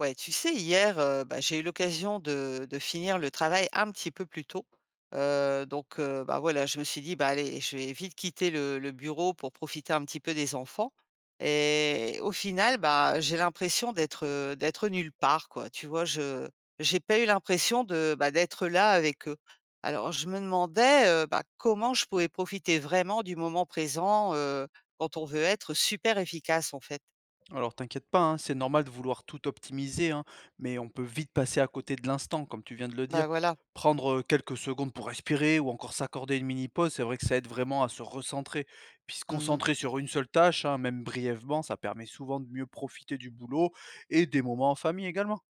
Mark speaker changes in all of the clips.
Speaker 1: Ouais, tu sais, hier, bah, j'ai eu l'occasion de finir le travail un petit peu plus tôt. Donc bah, voilà, je me suis dit: «Bah, allez, je vais vite quitter le bureau pour profiter un petit peu des enfants» et au final, bah, j'ai l'impression d'être, d'être nulle part, quoi. Tu vois? Je j'ai pas eu l'impression de, bah, d'être là avec eux. Alors je me demandais, bah, comment je pouvais profiter vraiment du moment présent, quand on veut être super efficace, en fait.
Speaker 2: Alors t'inquiète pas, hein, c'est normal de vouloir tout optimiser, hein, mais on peut vite passer à côté de l'instant, comme tu viens de le dire.
Speaker 1: Bah, voilà.
Speaker 2: Prendre quelques secondes pour respirer ou encore s'accorder une mini pause, c'est vrai que ça aide vraiment à se recentrer. Puis se
Speaker 1: Mmh.
Speaker 2: concentrer sur une seule tâche, hein, même brièvement, ça permet souvent de mieux profiter du boulot et des moments en famille également.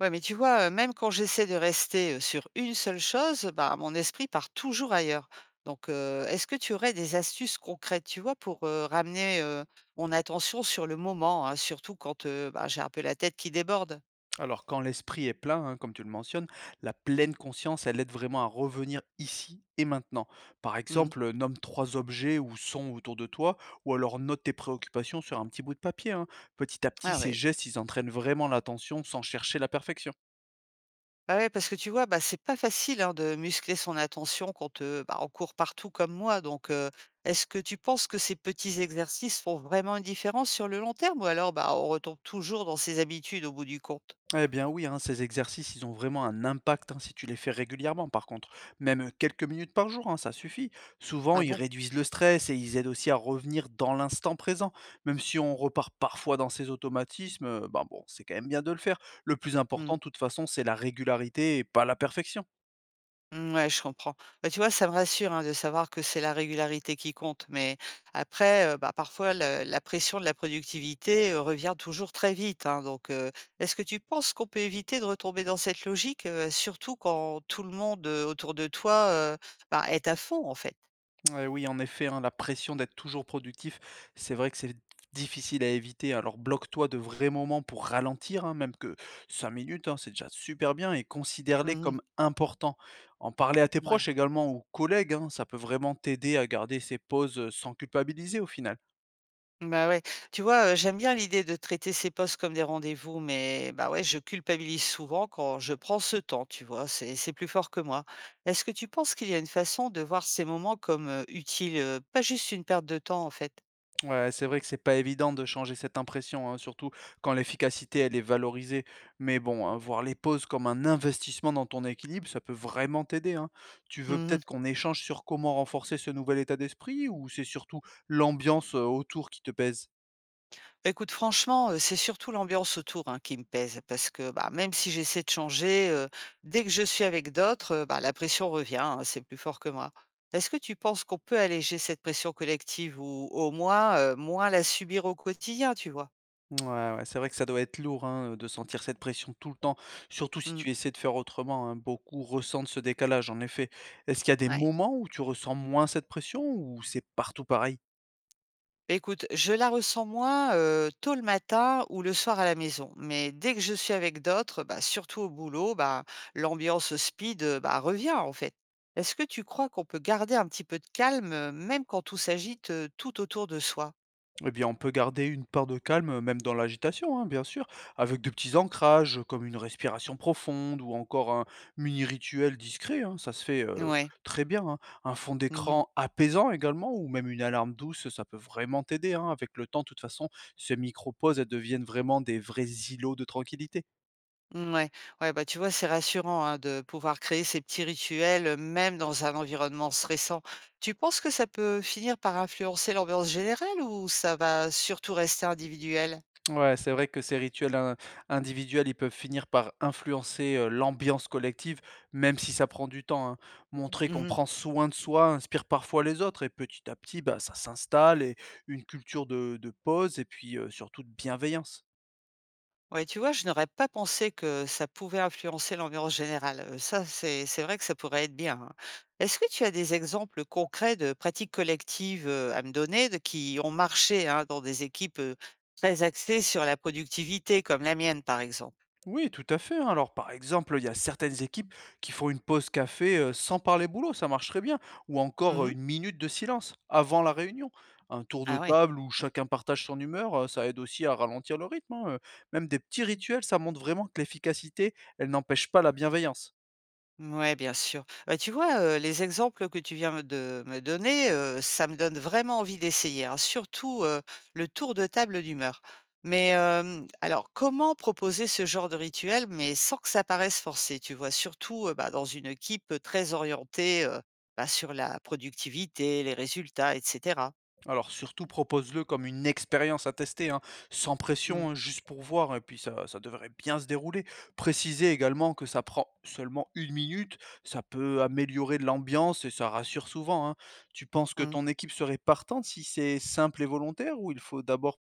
Speaker 1: Ouais, mais tu vois, même quand j'essaie de rester, sur une seule chose, bah, mon esprit part toujours ailleurs. Donc, est-ce que tu aurais des astuces concrètes, tu vois, pour, ramener, mon attention sur le moment, hein, surtout quand, bah, j'ai un peu la tête qui déborde?
Speaker 2: Alors, quand l'esprit est plein, hein, comme tu le mentionnes, la pleine conscience, elle aide vraiment à revenir ici et maintenant. Par
Speaker 1: Mmh.
Speaker 2: exemple, nomme trois objets ou sons autour de toi, ou alors note tes préoccupations sur un petit bout de papier, hein. Petit à petit,
Speaker 1: Ah
Speaker 2: ces
Speaker 1: ouais.
Speaker 2: gestes, ils entraînent vraiment l'attention sans chercher la perfection.
Speaker 1: Bah, ouais, parce que tu vois, bah, c'est pas facile, hein, de muscler son attention quand, bah, on court partout comme moi. Donc, est-ce que tu penses que ces petits exercices font vraiment une différence sur le long terme ou alors, bah, on retombe toujours dans ses habitudes au bout du compte?
Speaker 2: Eh bien oui, hein, ces exercices, ils ont vraiment un impact, hein, si tu les fais régulièrement par contre. Même quelques minutes par jour, hein, ça suffit. Souvent,
Speaker 1: Ah
Speaker 2: ils
Speaker 1: bon?
Speaker 2: réduisent le stress et ils aident aussi à revenir dans l'instant présent. Même si on repart parfois dans ces automatismes, ben bon, c'est quand même bien de le faire. Le plus important,
Speaker 1: Mmh.
Speaker 2: de toute façon, c'est la régularité et pas la perfection.
Speaker 1: Mmh, ouais, je comprends. Bah, tu vois, ça me rassure, hein, de savoir que c'est la régularité qui compte, mais après, bah, parfois le la pression de la productivité, revient toujours très vite, hein, donc est-ce que tu penses qu'on peut éviter de retomber dans cette logique, surtout quand tout le monde, autour de toi, bah, est à fond, en fait?
Speaker 2: Ouais, oui, en effet, hein, la pression d'être toujours productif, c'est vrai que c'est difficile à éviter. Alors bloque-toi de vrais moments pour ralentir, hein, même que 5 minutes, hein, c'est déjà super bien, et considère-les
Speaker 1: Mmh.
Speaker 2: comme importants. En parler à tes proches
Speaker 1: Ouais.
Speaker 2: également ou collègues, hein, ça peut vraiment t'aider à garder ces pauses sans culpabiliser au final.
Speaker 1: Bah, ouais. Tu vois, j'aime bien l'idée de traiter ces postes comme des rendez-vous, mais bah, ouais, je culpabilise souvent quand je prends ce temps, tu vois? C'est plus fort que moi. Est-ce que tu penses qu'il y a une façon de voir ces moments comme, utiles, pas juste une perte de temps, en fait?
Speaker 2: Ouais, c'est vrai que c'est pas évident de changer cette impression, hein, surtout quand l'efficacité, elle est valorisée. Mais bon, hein, voir les pauses comme un investissement dans ton équilibre, ça peut vraiment t'aider, hein. Tu veux
Speaker 1: Mmh.
Speaker 2: peut-être qu'on échange sur comment renforcer ce nouvel état d'esprit, ou c'est surtout l'ambiance, autour, qui te pèse?
Speaker 1: Écoute, franchement, c'est surtout l'ambiance autour, hein, qui me pèse parce que, bah, même si j'essaie de changer, dès que je suis avec d'autres, bah, la pression revient, hein, c'est plus fort que moi. Est-ce que tu penses qu'on peut alléger cette pression collective ou au moins, moins la subir au quotidien, tu vois?
Speaker 2: Ouais, ouais, c'est vrai que ça doit être lourd, hein, de sentir cette pression tout le temps, surtout si
Speaker 1: Mmh,
Speaker 2: tu essaies de faire autrement, hein. Beaucoup ressentent ce décalage, en effet. Est-ce qu'il y a des
Speaker 1: ouais.
Speaker 2: moments où tu ressens moins cette pression, ou c'est partout pareil?
Speaker 1: Beh, écoute, je la ressens moins, tôt le matin ou le soir à la maison. Mais dès que je suis avec d'autres, bah, surtout au boulot, bah, l'ambiance speed, bah, revient en fait. Est-ce que tu crois qu'on peut garder un petit peu de calme, même quand tout s'agite, tout autour de soi?
Speaker 2: Eh bien, on peut garder une part de calme, même dans l'agitation, hein, bien sûr, avec de petits ancrages, comme une respiration profonde ou encore un mini rituel discret, hein, ça se fait
Speaker 1: Ouais.
Speaker 2: très bien, hein. Un fond
Speaker 1: Mmh mh.
Speaker 2: d'écran apaisant également, ou même une alarme douce, ça peut vraiment t'aider, hein. Avec le temps, de toute façon, ces micro-pauses, elles deviennent vraiment des vrais îlots de tranquillité.
Speaker 1: Ouais, ouais, bah, tu vois, c'est rassurant, hein, de pouvoir créer ces petits rituels, même dans un environnement stressant. Tu penses que ça peut finir par influencer l'ambiance générale ou ça va surtout rester individuel?
Speaker 2: Ouais, c'est vrai que ces individuels, ils peuvent finir par influencer, l'ambiance collective, même si ça prend du temps, hein. Montrer qu'on
Speaker 1: Mmh.
Speaker 2: prend soin de soi inspire parfois les autres, et petit à petit, bah, ça s'installe, et une culture de pause, et puis surtout de bienveillance.
Speaker 1: Ouais, tu vois, je n'aurais pas pensé que ça pouvait influencer l'ambiance générale. Ça, c'est vrai que ça pourrait être bien, hein. Est-ce que tu as des exemples concrets de pratiques collectives, à me donner de qui ont marché, hein, dans des équipes, très axées sur la productivité comme la mienne, par exemple?
Speaker 2: Oui, tout à fait, hein. Alors, par exemple, il y a certaines équipes qui font une pause café, sans parler boulot, ça marche très bien. Ou encore,
Speaker 1: Mmh.
Speaker 2: 1 minute de silence avant la réunion. Un tour
Speaker 1: Ah
Speaker 2: de
Speaker 1: ouais.
Speaker 2: table où chacun partage son humeur, ça aide aussi à ralentir le rythme, hein. Même des petits rituels, ça montre vraiment que l'efficacité, elle n'empêche pas la bienveillance.
Speaker 1: Ouais, bien sûr. Bah, tu vois, les exemples que tu viens me de me donner, ça me donne vraiment envie d'essayer, hein, surtout, le tour de table d'humeur. Mais, alors comment proposer ce genre de rituel, mais sans que ça paraisse forcé, tu vois? Surtout, bah, dans une équipe, très orientée, bah, sur la productivité, les résultats, et cetera.
Speaker 2: Alors surtout, propose-le comme une expérience à tester, hein, sans
Speaker 1: Mmh.
Speaker 2: pression, hein, juste pour voir, et puis ça devrait bien se dérouler. Précisez également que ça prend seulement 1 minute, ça peut améliorer de l'ambiance et ça rassure souvent, hein. Tu penses que
Speaker 1: Mmh.
Speaker 2: ton équipe serait partante si c'est simple et volontaire, ou il faut d'abord